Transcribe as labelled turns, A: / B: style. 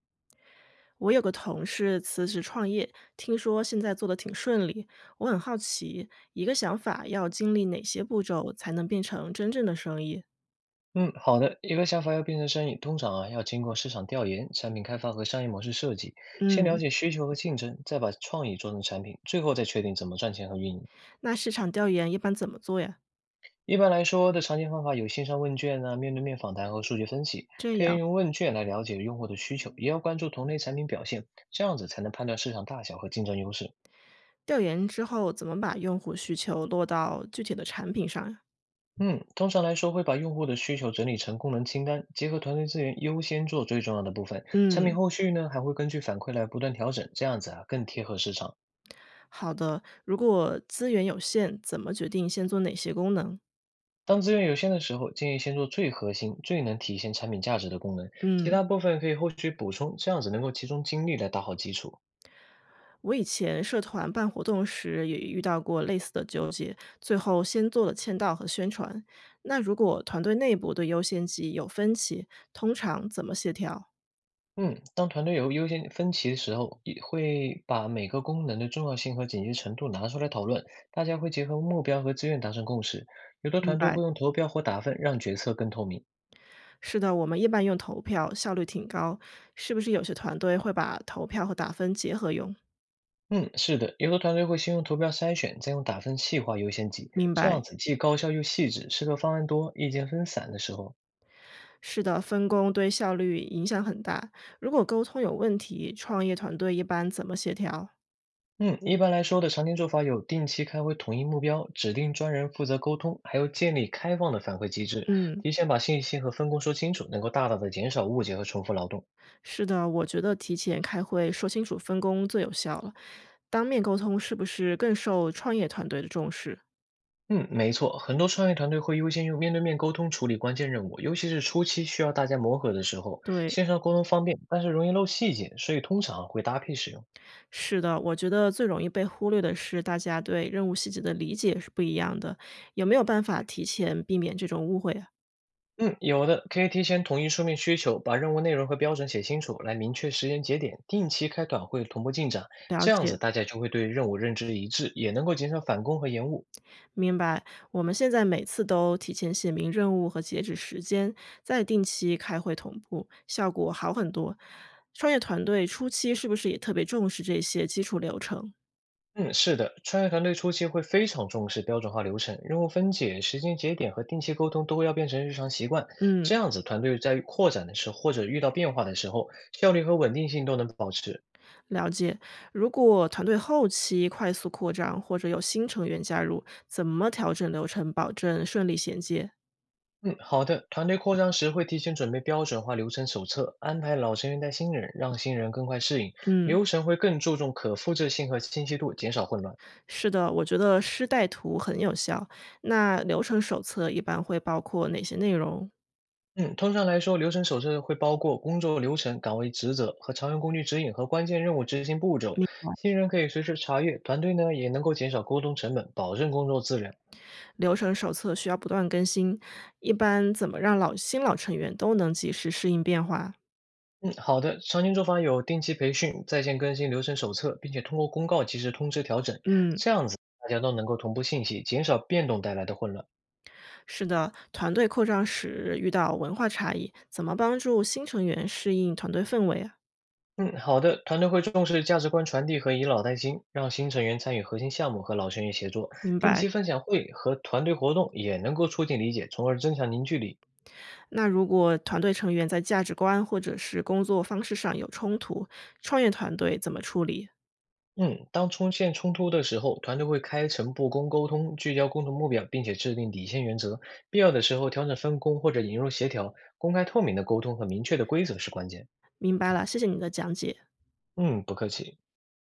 A: 我有个同事辞职创业，听说现在做的挺顺利。我很好奇，一个想法要经历哪些步骤才能变成真正的生意？
B: 嗯，好的。一个想法要变成生意，通常啊要经过市场调研、产品开发和商业模式设计，先了
A: 嗯，
B: 解需求和竞争，再把创意做成产品，最后再确定怎么赚钱和运营。
A: 那市场调研一般怎么做呀？
B: 一般来说的常见方法有线上问卷啊、面对面访谈和数据分析，
A: 这
B: 可以
A: 样，
B: 用问卷来了解用户的需求，也要关注同类产品表现，这样子才能判断市场大小和竞争优势。
A: 调研之后怎么把用户需求落到具体的产品上呀？
B: 嗯，通常来说会把用户的需求整理成功能清单，结合团队资源优先做最重要的部分。产品
A: 嗯，
B: 后续呢还会根据反馈来不断调整，这样子啊更贴合市场。
A: 好的。如果资源有限，怎么决定先做哪些功能？
B: 当资源有限的时候，建议先做最核心、最能体现产品价值的功能，其
A: 嗯。
B: 他部分可以后续补充，这样子能够集中精力来打好基础。
A: 我以前社团办活动时也遇到过类似的纠结，最后先做了签到和宣传。那如果团队内部对优先级有分歧，通常怎么协调？
B: 嗯，当团队有优先分歧的时候，也会把每个功能的重要性和紧急程度拿出来讨论，大家会结合目标和资源达成共识。有的
A: 明
B: 团队
A: 白，
B: 会用投票或打分让决策更透明。
A: 是的，我们一般用投票，效率挺高。是不是有些团队会把投票和打分结合用？
B: 嗯，是的，有的团队会先用图标筛选，再用打分细化优先级，
A: 明
B: 这
A: 白，
B: 样子既高效又细致，适合方案多、意见分散的时候。
A: 是的，分工对效率影响很大。如果沟通有问题，创业团队一般怎么协调？
B: 嗯，一般来说的常见做法有定期开会统一目标，指定专人负责沟通，还有建立开放的反馈机制，
A: 嗯，
B: 提前把信息和分工说清楚，能够大大的减少误解和重复劳动。
A: 是的，我觉得提前开会说清楚分工最有效了。当面沟通是不是更受创业团队的重视？
B: 嗯，没错，很多创业团队会优先用面对面沟通处理关键任务，尤其是初期需要大家磨合的时候，
A: 对，
B: 线上沟通方便，但是容易漏细节，所以通常会搭配使用。
A: 是的，我觉得最容易被忽略的是大家对任务细节的理解是不一样的。有没有办法提前避免这种误会啊？
B: 嗯，有的，可以提前统一书面需求，把任务内容和标准写清楚，来明确时间节点，定期开短会同步进展，
A: 了
B: 这样子
A: 解，
B: 大家就会对任务认知一致，也能够减少返工和延误。
A: 明白。我们现在每次都提前写明任务和截止时间，再定期开会同步，效果好很多。创业团队初期是不是也特别重视这些基础流程？
B: 嗯，是的，创业团队初期会非常重视标准化流程、任务分解、时间节点和定期沟通都要变成日常习惯，这
A: 嗯。
B: 样子团队在扩展的时候或者遇到变化的时候，效率和稳定性都能保持。
A: 了解，如果团队后期快速扩张或者有新成员加入，怎么调整流程，保证顺利衔接？
B: 嗯，好的。团队扩张时会提前准备标准化流程手册，安排老成员带新人，让新人更快适应。
A: 嗯，
B: 流程会更注重可复制性和清晰度，减少混乱。
A: 是的，我觉得师带徒很有效。那流程手册一般会包括哪些内容？
B: 嗯，通常来说，流程手册会包括工作流程、岗位职责和常用工具指引和关键任务执行步骤。
A: 嗯
B: 新人可以随时查阅，团队呢也能够减少沟通成本，保证工作质量。
A: 流程手册需要不断更新，一般怎么让老新老成员都能及时适应变化？
B: 嗯，好的。常见做法有定期培训、在线更新流程手册，并且通过公告及时通知调整，
A: 嗯，
B: 这样子大家都能够同步信息，减少变动带来的混乱。
A: 是的，团队扩张时遇到文化差异，怎么帮助新成员适应团队氛围啊？
B: 嗯，好的。团队会重视价值观传递和以老带新，让新成员参与核心项目和老成员协作。
A: 明
B: 定
A: 白。
B: 期分享会和团队活动也能够促进理解，从而增强凝聚力。
A: 那如果团队成员在价值观或者是工作方式上有冲突，创业团队怎么处理？
B: 嗯，当出现冲突的时候，团队会开诚布公沟通，聚焦共同目标，并且制定底线原则。必要的时候调整分工或者引入协调。公开透明的沟通和明确的规则是关键。
A: 明白了，谢谢你的讲解。
B: 嗯，不客气。